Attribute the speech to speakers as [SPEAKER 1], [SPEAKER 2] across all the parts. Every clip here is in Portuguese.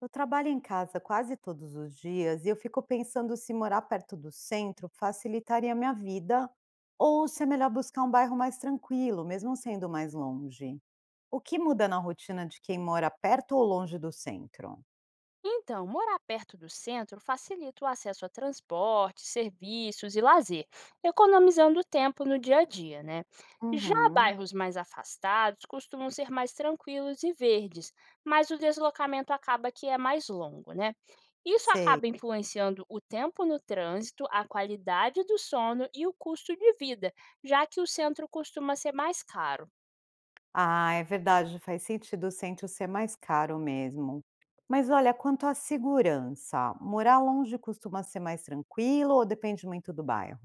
[SPEAKER 1] Eu trabalho em casa quase todos os dias e eu fico pensando se morar perto do centro facilitaria a minha vida ou se é melhor buscar um bairro mais tranquilo, mesmo sendo mais longe. O que muda na rotina de quem mora perto ou longe do centro?
[SPEAKER 2] Então, morar perto do centro facilita o acesso a transporte, serviços e lazer, economizando tempo no dia a dia, né? Já
[SPEAKER 1] Uhum,
[SPEAKER 2] bairros mais afastados costumam ser mais tranquilos e verdes, mas o deslocamento acaba que é mais longo, né? Isso
[SPEAKER 1] sei.
[SPEAKER 2] acaba influenciando o tempo no trânsito, a qualidade do sono e o custo de vida, já que o centro costuma ser mais caro.
[SPEAKER 1] Ah, é verdade, faz sentido o centro ser mais caro mesmo. Mas olha, quanto à segurança, morar longe costuma ser mais tranquilo ou depende muito do bairro?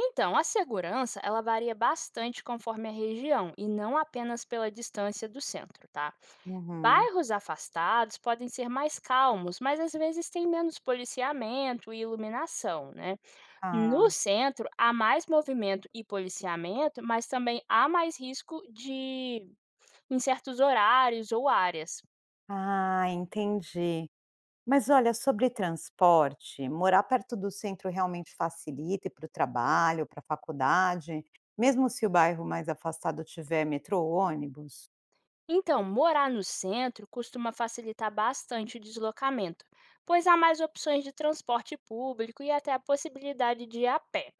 [SPEAKER 2] Então, a segurança, ela varia bastante conforme a região e não apenas pela distância do centro, tá?
[SPEAKER 1] Uhum.
[SPEAKER 2] Bairros afastados podem ser mais calmos, mas às vezes tem menos policiamento e iluminação, né? No
[SPEAKER 1] Ah,
[SPEAKER 2] centro, há mais movimento e policiamento, mas também há mais risco de em certos horários ou áreas.
[SPEAKER 1] ah, entendi. Mas olha, sobre transporte, morar perto do centro realmente facilita para o trabalho, para a faculdade, mesmo se o bairro mais afastado tiver metrô ou ônibus?
[SPEAKER 2] Então, morar no centro costuma facilitar bastante o deslocamento, pois há mais opções de transporte público e até a possibilidade de ir a pé.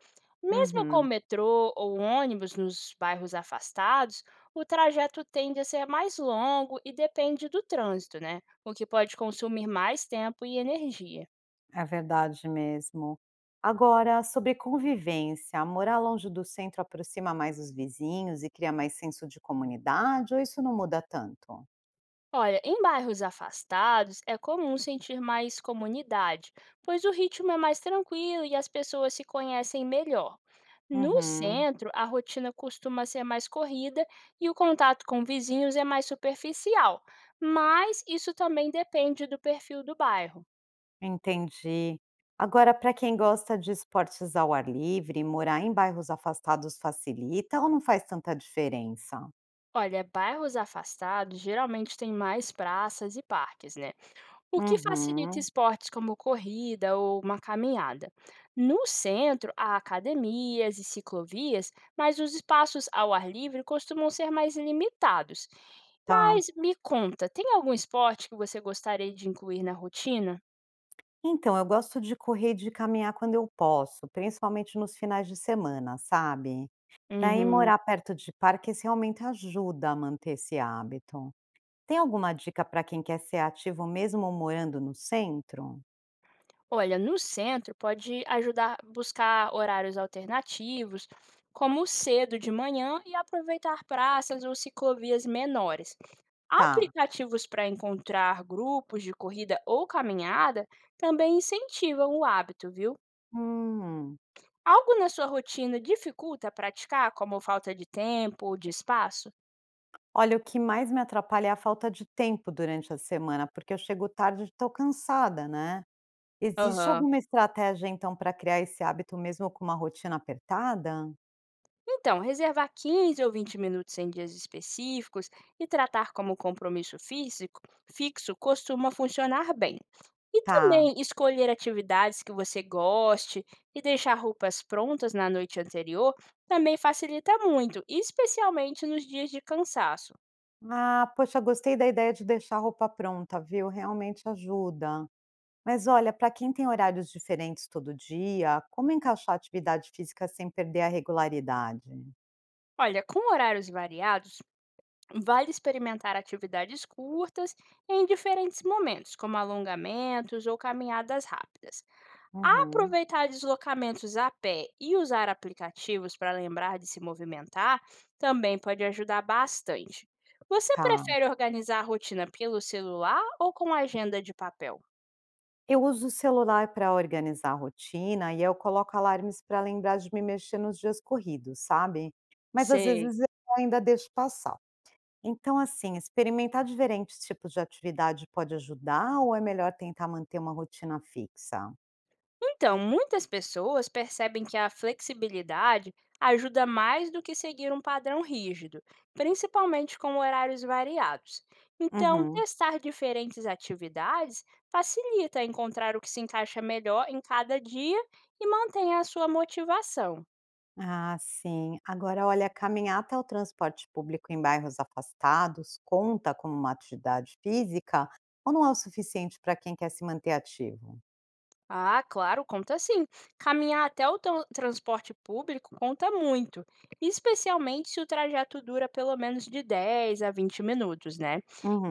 [SPEAKER 2] Mesmo com o
[SPEAKER 1] Uhum,
[SPEAKER 2] metrô ou ônibus nos bairros afastados, o trajeto tende a ser mais longo e depende do trânsito, né? O que pode consumir mais tempo e energia.
[SPEAKER 1] é verdade mesmo. Agora, sobre convivência, morar longe do centro aproxima mais os vizinhos e cria mais senso de comunidade, ou isso não muda tanto?
[SPEAKER 2] Olha, em bairros afastados é comum sentir mais comunidade, pois o ritmo é mais tranquilo e as pessoas se conhecem melhor. No
[SPEAKER 1] Uhum.
[SPEAKER 2] centro, a rotina costuma ser mais corrida e o contato com vizinhos é mais superficial, mas isso também depende do perfil do bairro.
[SPEAKER 1] Entendi. Agora, para quem gosta de esportes ao ar livre, morar em bairros afastados facilita ou não faz tanta diferença?
[SPEAKER 2] Olha, bairros afastados geralmente têm mais praças e parques, né? O que facilita
[SPEAKER 1] Uhum,
[SPEAKER 2] esportes como corrida ou uma caminhada. No centro, há academias e ciclovias, mas os espaços ao ar livre costumam ser mais limitados.
[SPEAKER 1] tá.
[SPEAKER 2] Mas me conta, tem algum esporte que você gostaria de incluir na rotina?
[SPEAKER 1] Então, eu gosto de correr e de caminhar quando eu posso, principalmente nos finais de semana, sabe? Daí,
[SPEAKER 2] Uhum.
[SPEAKER 1] morar perto de parques realmente ajuda a manter esse hábito. Tem alguma dica para quem quer ser ativo mesmo morando no centro?
[SPEAKER 2] Olha, no centro pode ajudar a buscar horários alternativos, como cedo de manhã e aproveitar praças ou ciclovias menores.
[SPEAKER 1] Tá.
[SPEAKER 2] Aplicativos para encontrar grupos de corrida ou caminhada também incentivam o hábito, viu?
[SPEAKER 1] Hum.
[SPEAKER 2] Algo na sua rotina dificulta praticar, como falta de tempo ou de espaço?
[SPEAKER 1] Olha, o que mais me atrapalha é a falta de tempo durante a semana, porque eu chego tarde e estou cansada, né. Existe
[SPEAKER 2] Aham.
[SPEAKER 1] alguma estratégia, então, para criar esse hábito mesmo com uma rotina apertada?
[SPEAKER 2] Então, reservar 15 ou 20 minutos em dias específicos e tratar como compromisso físico fixo costuma funcionar bem. E
[SPEAKER 1] Tá.
[SPEAKER 2] também escolher atividades que você goste e deixar roupas prontas na noite anterior também facilita muito, especialmente nos dias de cansaço.
[SPEAKER 1] Ah, poxa, gostei da ideia de deixar a roupa pronta, viu, realmente ajuda. Mas olha, para quem tem horários diferentes todo dia, como encaixar atividade física sem perder a regularidade?
[SPEAKER 2] Olha, com horários variados, vale experimentar atividades curtas em diferentes momentos, como alongamentos ou caminhadas rápidas.
[SPEAKER 1] Uhum,
[SPEAKER 2] Aproveitar deslocamentos a pé e usar aplicativos para lembrar de se movimentar também pode ajudar bastante. Você
[SPEAKER 1] tá.
[SPEAKER 2] prefere organizar a rotina pelo celular ou com agenda de papel?
[SPEAKER 1] Eu uso o celular para organizar a rotina e eu coloco alarmes para lembrar de me mexer nos dias corridos, sabe? Mas às
[SPEAKER 2] Sei.
[SPEAKER 1] vezes eu ainda deixo passar. Então, assim, experimentar diferentes tipos de atividade pode ajudar ou é melhor tentar manter uma rotina fixa?
[SPEAKER 2] Então, muitas pessoas percebem que a flexibilidade ajuda mais do que seguir um padrão rígido, principalmente com horários variados. Então,
[SPEAKER 1] Uhum.
[SPEAKER 2] testar diferentes atividades facilita encontrar o que se encaixa melhor em cada dia e mantém a sua motivação.
[SPEAKER 1] Ah, sim. Agora, olha, caminhar até o transporte público em bairros afastados conta como uma atividade física ou não é o suficiente para quem quer se manter ativo?
[SPEAKER 2] Ah, claro, conta sim. Caminhar até o transporte público conta muito, especialmente se o trajeto dura pelo menos de 10 a 20 minutos, né?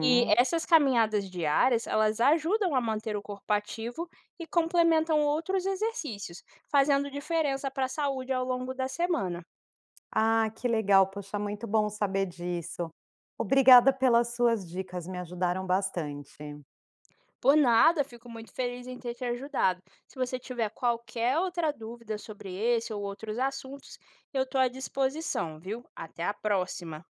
[SPEAKER 2] E essas caminhadas diárias, elas ajudam a manter o corpo ativo e complementam outros exercícios, fazendo diferença para a saúde ao longo da semana.
[SPEAKER 1] Ah, que legal, poxa, muito bom saber disso. Obrigada pelas suas dicas, me ajudaram bastante.
[SPEAKER 2] Por nada, fico muito feliz em ter te ajudado. Se você tiver qualquer outra dúvida sobre esse ou outros assuntos, eu estou à disposição, viu? Até a próxima!